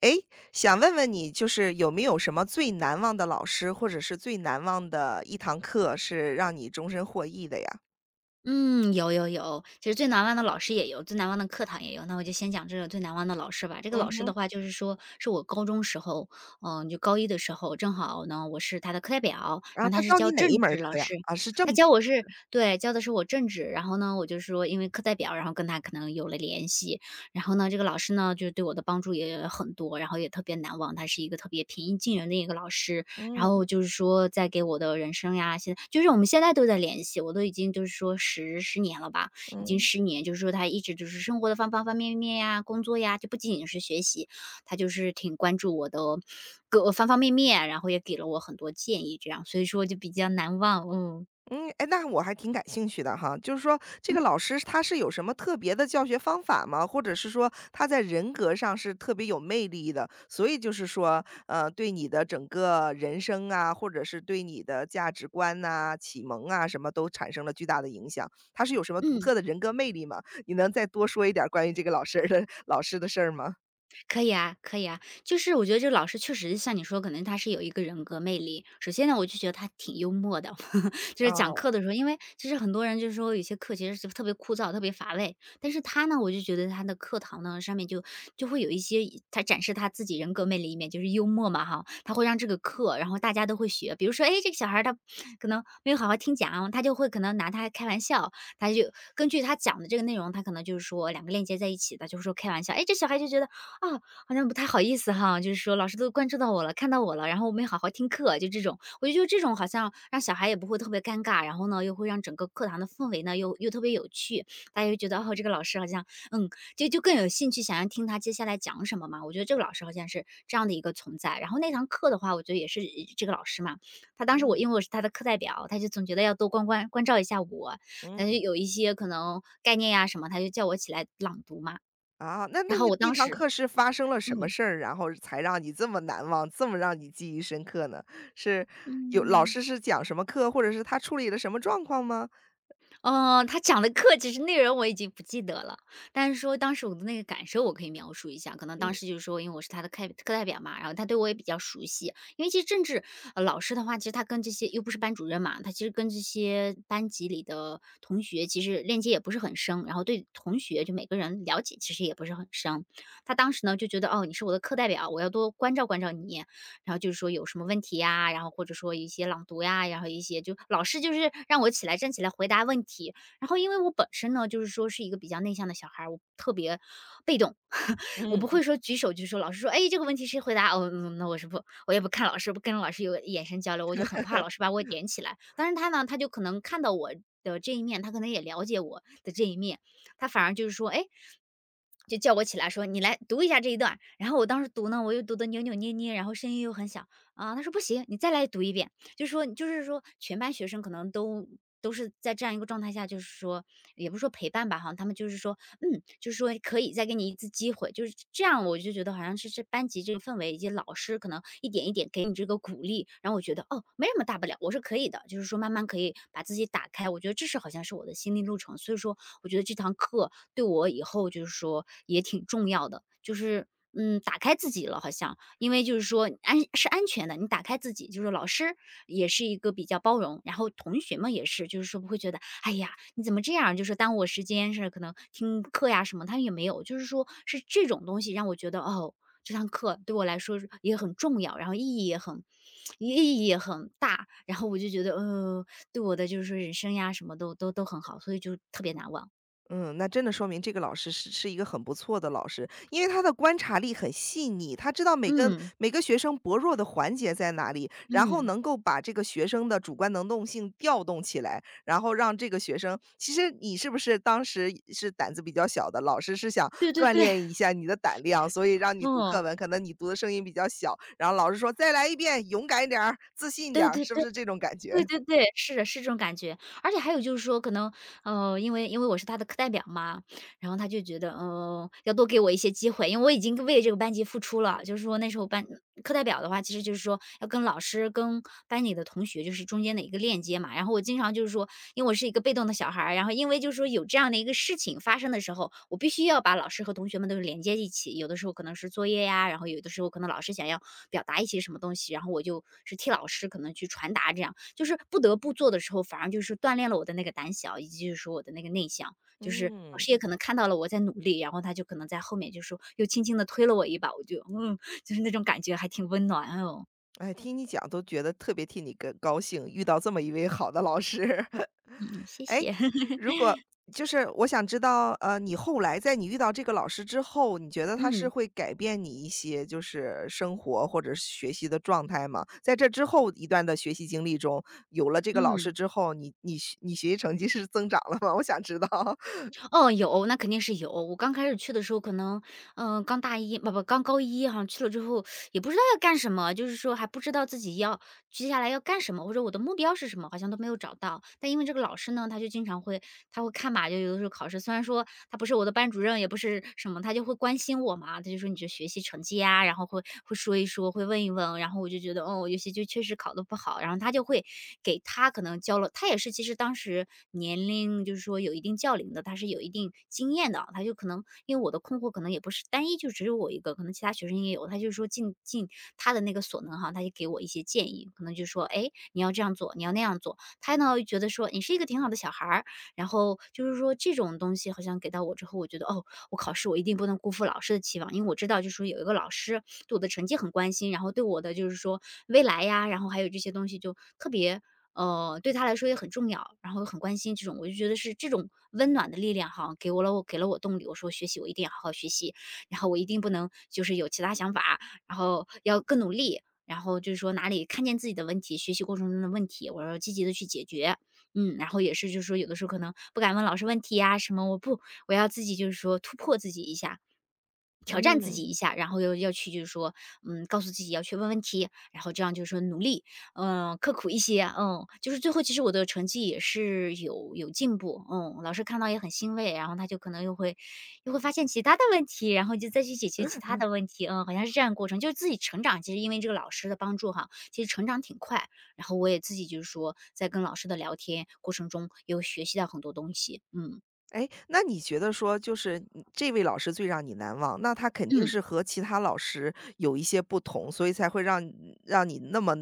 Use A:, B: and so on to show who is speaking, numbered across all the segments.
A: 诶，想问问你，就是有没有什么最难忘的老师，或者是最难忘的一堂课，是让你终身获益的呀？
B: 嗯，有，其实最难忘的老师也有，最难忘的课堂也有。那我就先讲这个最难忘的老师吧。这个
A: 嗯
B: 老师
A: 哼。
B: 的话，就是说是我高中时候，就高一的时候，正好呢我是他的课代表，
A: 然后
B: 然后
A: 他
B: 他是
A: 教
B: 教
A: 你哪一
B: 政
A: 门儿
B: 治老
A: 课呀？
B: 师，
A: 啊，是政
B: 他
A: 治。
B: 教我是对教的是我政治，然后呢我就说因为课代表，然后跟他可能有了联系，然后呢这个老师呢就是对我的帮助也很多，然后也特别难忘，他是一个特别平易近人的一个老师，然
A: 嗯
B: 后就是说在给我的人生呀，现在就是我们现在都在联系，我都已经就是说十年了吧，已经
A: 嗯。
B: 十年，就是说他一直就是生活的方方面面呀，工作呀，就不仅仅是学习，他就是挺关注我的各方面，然后也给了我很多建议这样，所以说就比较难忘，嗯，
A: 嗯，哎，那我还挺感兴趣的哈，就是说这个老师他是有什么特别的教学方法吗？或者是说他在人格上是特别有魅力的，所以就是说，对你的整个人生啊，或者是对你的价值观呐、启蒙啊，什么都产生了巨大的影响。他是有什么独
B: 嗯。
A: 特的人格魅力吗？你能再多说一点儿关于老师的事儿吗？
B: 可以啊，可以啊，就是我觉得这个老师确实像你说，可能他是有一个人格魅力。首先呢，我就觉得他挺幽默的，就是讲
A: 哦，
B: 课的时候，因为其实很多人就是说有些课其实是特别枯燥、特别乏味，但是他呢，我就觉得他的课堂呢上面就会有一些他展示他自己人格魅力一面，就是幽默嘛哈，他会让这个课，然后大家都会学。比如说，哎，这个小孩儿他可能没有好好听讲，他就会可能拿他开玩笑，他就根据他讲的这个内容，他可能就是说两个链接在一起的，就是说开玩笑。哎，这小孩就觉得。啊，好像不太好意思哈，就是说老师都关注到我了，看到我了，然后我没好好听课，就这种，我就觉得这种好像让小孩也不会特别尴尬，然后呢，又会让整个课堂的氛围呢又特别有趣，大家又觉得哦，这个老师好像嗯，就更有兴趣想要听他接下来讲什么嘛。我觉得这个老师好像是这样的一个存在。然后那堂课的话，我觉得也是这个老师嘛，他当时我因为我是他的课代表，他就总觉得要多关照一下我，他就
A: 嗯。
B: 有一些可能概念呀、什么，他就叫我起来朗读嘛。
A: 啊，那那
B: 然后
A: 那
B: 我
A: 那
B: 当
A: 堂
B: 时
A: 课是发生了什么
B: 嗯。
A: 事儿，然后才让你这么难忘，这么让你记忆深刻呢？是有老
B: 嗯，
A: 师是讲什么课，或者是他处理了什么状况吗？
B: 哦，他讲的课其实内容我已经不记得了，但是说当时我的那个感受我可以描述一下。可能当
A: 嗯。
B: 时就是说，因为我是他的课代表嘛，然后他对我也比较熟悉。因为其实政治，老师的话，其实他跟这些又不是班主任嘛，他其实跟这些班级里的同学其实链接也不是很深，然后对同学就每个人了解其实也不是很深。他当时呢就觉得，哦，你是我的课代表，我要多关照关照你，然后就是说有什么问题呀，然后或者说一些朗读呀，然后一些就老师就是让我起来站起来回答问题。然后因为我本身呢，就是说是一个比较内向的小孩儿，我特别被动，我不
A: 嗯。
B: 会说举手就说老师说，哎，这个问题谁回答？哦，嗯那我是不，我也不看老师，不跟老师有眼神交流，我就很怕老师把我点起来。但是他呢，他就可能看到我。的这一面，他可能也了解我的这一面，他反而就是说，哎，就叫我起来说："你来读一下这一段儿然后我当时读呢，我又读的扭扭捏捏，然后声音又很小啊。他说："不行，你再来读一遍。"就是说，就是说，全班学生可能都是在这样一个状态下，就是说，也不是说陪伴吧，好像他们就是说嗯，就是说可以再给你一次机会，就是这样，我就觉得好像是这班级这个氛围以及老师可能一点一点给你这个鼓励，然后我觉得哦，没什么大不了，我是可以的，就是说慢慢可以把自己打开，我觉得这是好像是我的心理路程，所以说我觉得这堂课对我以后就是说也挺重要的，就是嗯，打开自己了，好像。因为就是说安是安全的，你打开自己，就是老师也是一个比较包容，然后同学们也是，就是说不会觉得，哎呀，你怎么这样，就是耽误我时间，是可能听课呀什么，他也没有，就是说是这种东西让我觉得，哦，这堂课对我来说是也很重要，然后意义也很大，然后我就觉得，对我的就是说人生呀什么都很好，所以就特别难忘。
A: 嗯，那真的说明这个老师是一个很不错的老师，因为他的观察力很细腻，他知道
B: 嗯
A: 每个学生薄弱的环节在哪里，然后
B: 嗯，
A: 能够把这个学生的主观能动性调动起来，然后让这个学生，其实你是不是当时是胆子比较小的，老师是想
B: 对对
A: 锻
B: 对，
A: 炼一下你的胆量，所以让你读课
B: 嗯，
A: 文，可能你读的声音比较小，然后老师说再来一遍，勇敢一点儿，自信一点
B: 对
A: 儿，
B: 对
A: 是不
B: 对。
A: 是这种感
B: 对
A: 觉？
B: 对对，是的，是这种感觉。而且还有就是说可能，因为我是他的课代表嘛，然后他就觉得，嗯，要多给我一些机会，因为我已经为这个班级付出了。就是说那时候班课代表的话，其实就是说要跟老师、跟班里的同学，就是中间的一个链接嘛。然后我经常就是说，因为我是一个被动的小孩儿，然后因为就是说有这样的一个事情发生的时候，我必须要把老师和同学们都是连接一起。有的时候可能是作业呀，然后有的时候可能老师想要表达一些什么东西，然后我就是替老师可能去传达，这样就是不得不做的时候，反而就是锻炼了我的那个胆小，以及就是说我的那个内向。就是老
A: 嗯。
B: 师也可能看到了我在努力，然后他就可能在后面就说又轻轻的推了我一把，我就嗯，就是那种感觉还挺温暖，哎呦，
A: 哎，听你讲都觉得特别替你个高兴，遇到这么一位好的老师。
B: 嗯，谢
A: 哎，
B: 谢，
A: 如果就是我想知道，你后来在你遇到这个老师之后，你觉得他是
B: 嗯，
A: 会改变你一些就是生活或者是学习的状态吗？在这之后一段的学习经历中，有了这个老师
B: 嗯。
A: 之后，你学习成绩是增长了吗？我想知道。
B: 哦，有，那肯定是有。我刚开始去的时候，可能，刚大一，不不，刚高一哈、去了之后也不知道要干什么，就是说还不知道自己要接下来要干什么，或者我的目标是什么，好像都没有找到。但因为这个老师呢，他就经常会，他会看嘛，就有的时候考试，虽然说他不是我的班主任，也不是什么，他就会关心我嘛，他就说你这学习成绩呀、然后会说一说，会问一问，然后我就觉得，哦，我有些就确实考得不好，然后他就会给他可能教了他也是其实当时年龄就是说有一定教龄的，他是有一定经验的啊，他就可能因为我的困惑可能也不是单一就只有我一个，可能其他学生也有，他就说尽他的那个所能哈，他就给我一些建议，可能就说，哎，你要这样做，你要那样做，他呢觉得说你是一个挺好的小孩儿，然后就是说这种东西好像给到我之后，我觉得哦，我考试我一定不能辜负老师的期望，因为我知道就是说有一个老师对我的成绩很关心，然后对我的就是说未来呀，然后还有这些东西就特别对他来说也很重要，然后很关心这种，我就觉得是这种温暖的力量哈，给了我动力。我说学习我一定要好好学习，然后我一定不能就是有其他想法，然后要更努力。然后就是说哪里看见自己的问题，学习过程中的问题，我要积极的去解决。嗯，然后也是就是说有的时候可能不敢问老师问题呀什么，我不，我要自己就是说突破自己一下。挑战自己一
A: 嗯。
B: 下，然后又要去就是说，告诉自己要去问问题，然后这样就是说努力，刻苦一些，就是最后其实我的成绩也是有进步，嗯，老师看到也很欣慰，然后他就可能又会发现其他的问题，然后就再去解决其他的问题，嗯，好像是这样的过程，就是自己成长，其实因为这个老师的帮助哈，其实成长挺快。然后我也自己就是说在跟老师的聊天过程中，有学习到很多东西，嗯。
A: 哎，那你觉得说就是你这位老师最让你难忘，那他肯定
B: 嗯。
A: 是和其他老师有一些不同，所以才会让你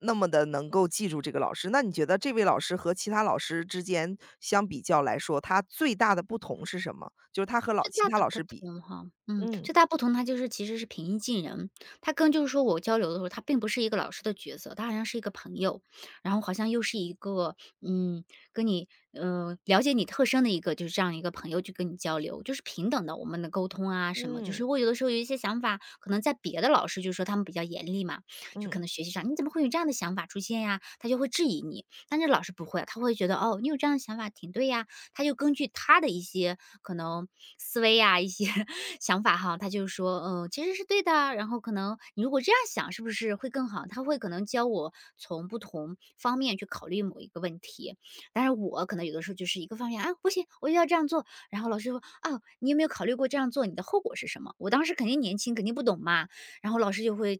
A: 那么的能够记住这个老师。那你觉得这位老师和其他老师之间相比较来说，他最大的不同是什么？就是他和
B: 最
A: 其
B: 大
A: 他
B: 的
A: 老
B: 不
A: 师比。
B: 同哈，嗯，
A: 嗯，
B: 最大不同他就是其实是平易近人，他跟就是说我交流的时候，他并不是一个老师的角色，他好像是一个朋友，然后好像又是一个嗯，跟你了解你特深的一个就是这样一个朋友去跟你交流，就是平等的我们的沟通啊什么，就
A: 嗯，
B: 是我有的时候有一些想法，可能在别的老师就是说他们比较严厉嘛，就可
A: 嗯，
B: 能学习上你怎么会有这样的想法出现呀？他就会质疑你，但是老师不会，他会觉得哦，你有这样的想法挺对呀，他就根据他的一些可能思维呀、一些 想法哈，他就说，嗯，其实是对的啊。然后可能你如果这样想，是不是会更好？他会可能教我从不同方面去考虑某一个问题。但是我可能有的时候就是一个方面，啊，不行，我就要这样做。然后老师说，啊，你有没有考虑过这样做你的后果是什么？我当时肯定年轻，肯定不懂嘛。然后老师就会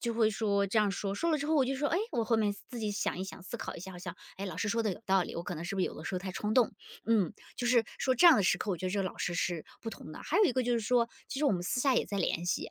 B: 说这样说，说了之后我就说，哎，我后面自己想一想，思考一下，好像，哎，老师说的有道理，我可能是不是有的时候太冲动了，就是说这样的时刻，我觉得这个老师是不同的。还有一个就是说，其实我们私下也在联系，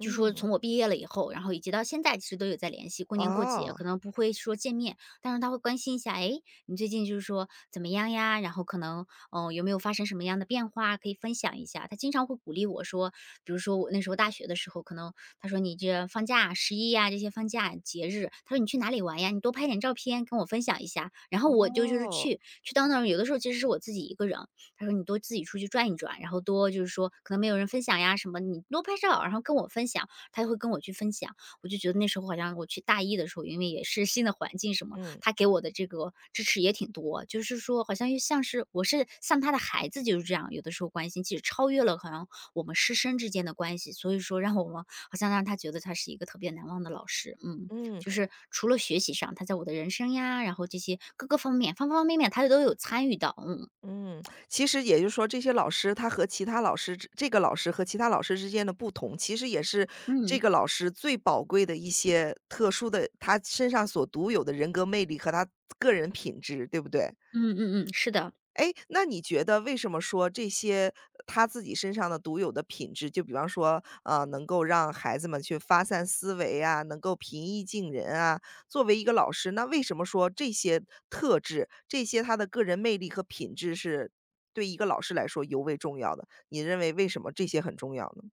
B: 就说从我毕业了以后，然后以及到现在其实都有在联系，过年过节
A: 哦，
B: 可能不会说见面，但是他会关心一下，哎，你最近就是说怎么样呀？然后可能有没有发生什么样的变化可以分享一下？他经常会鼓励我说，比如说我那时候大学的时候，可能他说你这放假十一呀这些放假节日，他说你去哪里玩呀？你多拍点照片跟我分享一下。然后我就
A: 哦，
B: 去到那儿，有的时候其实是我自己一个人，他说：“你多自己出去转一转，然后多就是说可能没有人分享呀什么，你多拍照，然后跟我分享。”他就会跟我去分享。我就觉得那时候好像我去大一的时候，因为也是新的环境什么，
A: 嗯，
B: 他给我的这个支持也挺多，就是说好像又像是我是像他的孩子就是这样，有的时候关心，其实超越了好像我们师生之间的关系，所以说让我们好像让他觉得他是一个特别难忘的老师。嗯，
A: 嗯。
B: 就是除了学习上，他在我的人生呀，然后这些各个方面方方面面他都有参与到。嗯
A: 嗯，其实也就是说，这些老师他和其他老师之这个老师和其他老师之间的不同，其实也是这
B: 嗯。
A: 个老师最宝贵的一些特殊的，他身上所独有的人格魅力和他个人品质，对不对？
B: 嗯嗯嗯，是的。
A: 哎，那你觉得为什么说这些他自己身上的独有的品质，就比方说，能够让孩子们去发散思维啊，能够平易近人啊，作为一个老师，那为什么说这些特质，这些他的个人魅力和品质是对一个老师来说尤为重要的？你认为为什么这些很重要呢？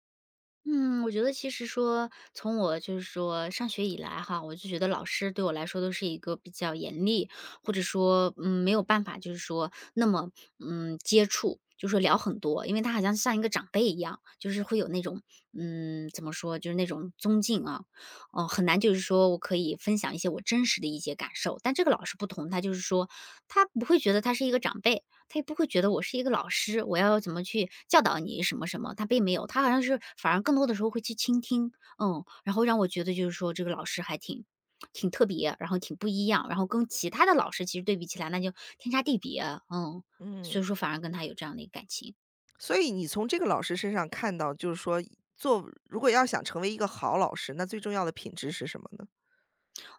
B: 嗯，我觉得其实说，从我就是说上学以来哈，我就觉得老师对我来说都是一个比较严厉，或者说，没有办法就是说那么，接触，就说聊很多，因为他好像像一个长辈一样，就是会有那种，怎么说，就是那种尊敬啊，哦、很难就是说我可以分享一些我真实的一些感受。但这个老师不同，他就是说他不会觉得他是一个长辈，他也不会觉得我是一个老师，我要怎么去教导你什么什么，他并没有，他好像是反而更多的时候会去倾听，然后让我觉得就是说这个老师还挺特别，然后挺不一样，然后跟其他的老师其实对比起来那就天差地别，嗯，
A: 嗯。
B: 所以说反而跟他有这样的一个感情。
A: 所以你从这个老师身上看到，就是说做如果要想成为一个好老师，那最重要的品质是什么呢？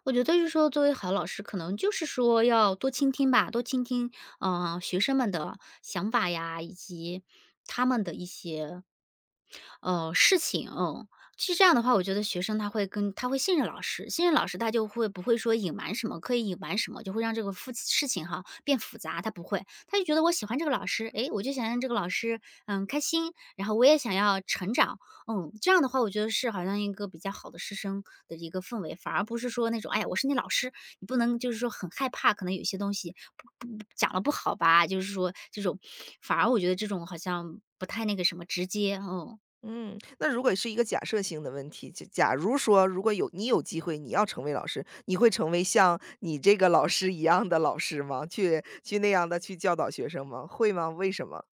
B: 我觉得就是说作为好老师，可能就是说要多倾听吧，多倾听，学生们的想法呀，以及他们的一些事情，嗯。其实这样的话，我觉得学生他会信任老师，信任老师他就会不会说隐瞒什么，刻意隐瞒什么，就会让这个事情哈变复杂，他不会，他就觉得我喜欢这个老师，诶，我就想让这个老师开心，然后我也想要成长，这样的话，我觉得是好像一个比较好的师生的一个氛围，反而不是说那种，哎呀，我是你老师，你不能就是说很害怕，可能有些东西不讲了不好吧，就是说这种，反而我觉得这种好像不太那个什么直接，嗯。
A: 嗯，那如果是一个假设性的问题，就假如说，如果有你有机会，你要成为老师，你会成为像你这个老师一样的老师吗？去那样的去教导学生吗？会吗？为什么？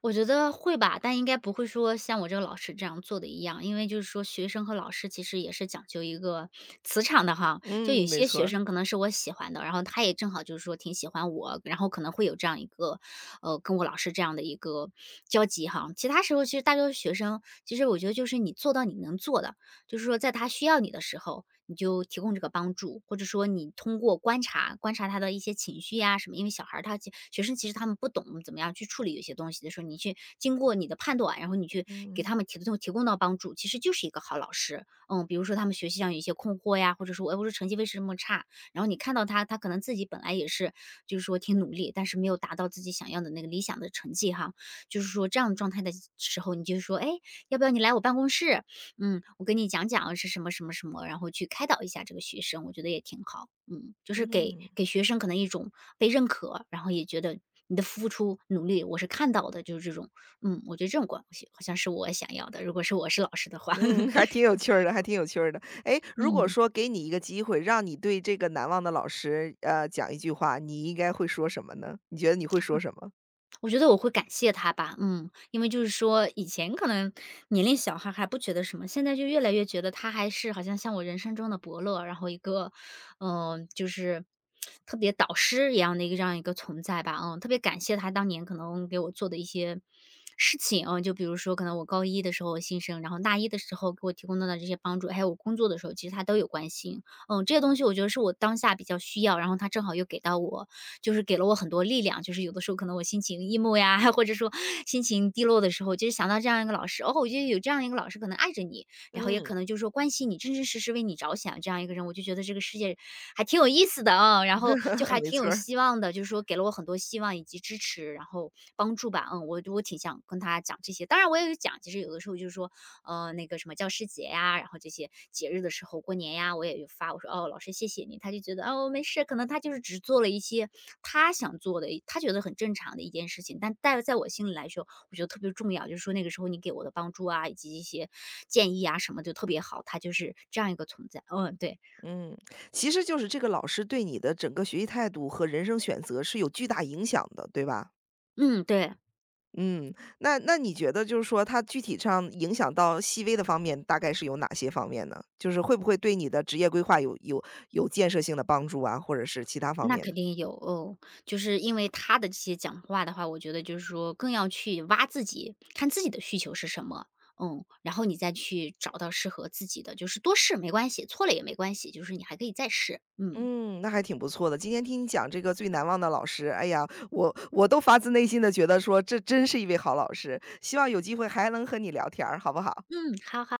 B: 我觉得会吧，但应该不会说像我这个老师这样做的一样，因为就是说学生和老师其实也是讲究一个磁场的哈。就
A: 嗯，
B: 有
A: 没
B: 些
A: 错
B: 学
A: 儿。
B: 生可能是我喜欢的，然后他也正好就是说挺喜欢我，然后可能会有这样一个，跟我老师这样的一个交集哈。其他时候其实大多数学生，其实我觉得就是你做到你能做的，就是说在他需要你的时候，你就提供这个帮助，或者说你通过观察观察他的一些情绪呀什么，因为小孩儿学生其实他们不懂怎么样去处理有些东西的时候，你去经过你的判断，然后你去给
A: 嗯，
B: 他们提供到帮助，其实就是一个好老师。嗯，比如说他们学习上有一些困惑呀，或者说哎，我说成绩为什么差，然后你看到他，他可能自己本来也是就是说挺努力，但是没有达到自己想要的那个理想的成绩哈，就是说这样的状态的时候，你就说，哎，要不要你来我办公室？嗯，我跟你讲讲是什么什么什么，然后去开导一下这个学生，我觉得也挺好。嗯，就是给学生可能一种被认可，然后也觉得你的付出努力我是看到的，就是这种，嗯，我觉得这种关系好像是我想要的，如果是我是老师的话，
A: 嗯，还挺 有趣儿的，还挺有趣儿的。哎，如果
B: 嗯。
A: 说给你一个机会，让你对这个难忘的老师，讲一句话，你应该会说什么呢？你觉得你会说什么？
B: 我觉得我会感谢他吧，嗯，因为就是说以前可能年龄小还不觉得什么，现在就越来越觉得他还是好像像我人生中的伯乐，然后一个，就是特别导师一样的一个这样一个存在吧，嗯，特别感谢他当年可能给我做的一些事情，嗯，就比如说可能我高一的时候新生，然后大一的时候给我提供的这些帮助，还有我工作的时候，其实他都有关心，嗯，这些东西我觉得是我当下比较需要，然后他正好又给到我，就是给了我很多力量。就是有的时候可能我心情 emo 呀，或者说心情低落的时候，就是想到这样一个老师，哦，我觉得有这样一个老师可能爱着你，然后也
A: 嗯，
B: 可能就是说关心你，真真实实为你着想这样一个人，我就觉得这个世界还挺有意思的啊、然后就 还
A: 没
B: 挺
A: 错
B: 有
A: 儿。
B: 希望的，就是说给了我很多希望以及支持，然后帮助吧，嗯，我挺想跟他讲这些，当然我也有讲，其实有的时候就是说，那个什么教师节呀、然后这些，节日的时候，过年呀，我也就发，我说：“哦，老师谢谢你。”他就觉得：“哦，没事。”可能他就是只做了一些他想做的，他觉得很正常的一件事情，但在我心里来说，我觉得特别重要，就是说那个时候你给我的帮助啊，以及一些建议啊什么就特别好，他就是这样一个存在。嗯，对，
A: 嗯，其实就是这个老师对你的整个学习态度和人生选择是有巨大影响的，对吧？
B: 嗯，对。
A: 嗯，那你觉得就是说他具体上影响到细微的方面，大概是有哪些方面呢？就是会不会对你的职业规划有建设性的帮助啊，或者是其他方
B: 那
A: 面
B: 肯
A: 的？
B: 定有哦，就是因为他的这些讲话的话，我觉得就是说更要去挖自己，看自己的需求是什么，嗯，然后你再去找到适合自己的，就是多试没关系，错了也没关系，就是你还可以再试。嗯
A: 嗯，那还挺不错的。今天听你讲这个最难忘的老师，哎呀，我都发自内心的觉得说这真是一位好老师，希望有机会还能和你聊天儿，好不好？
B: 嗯，好好。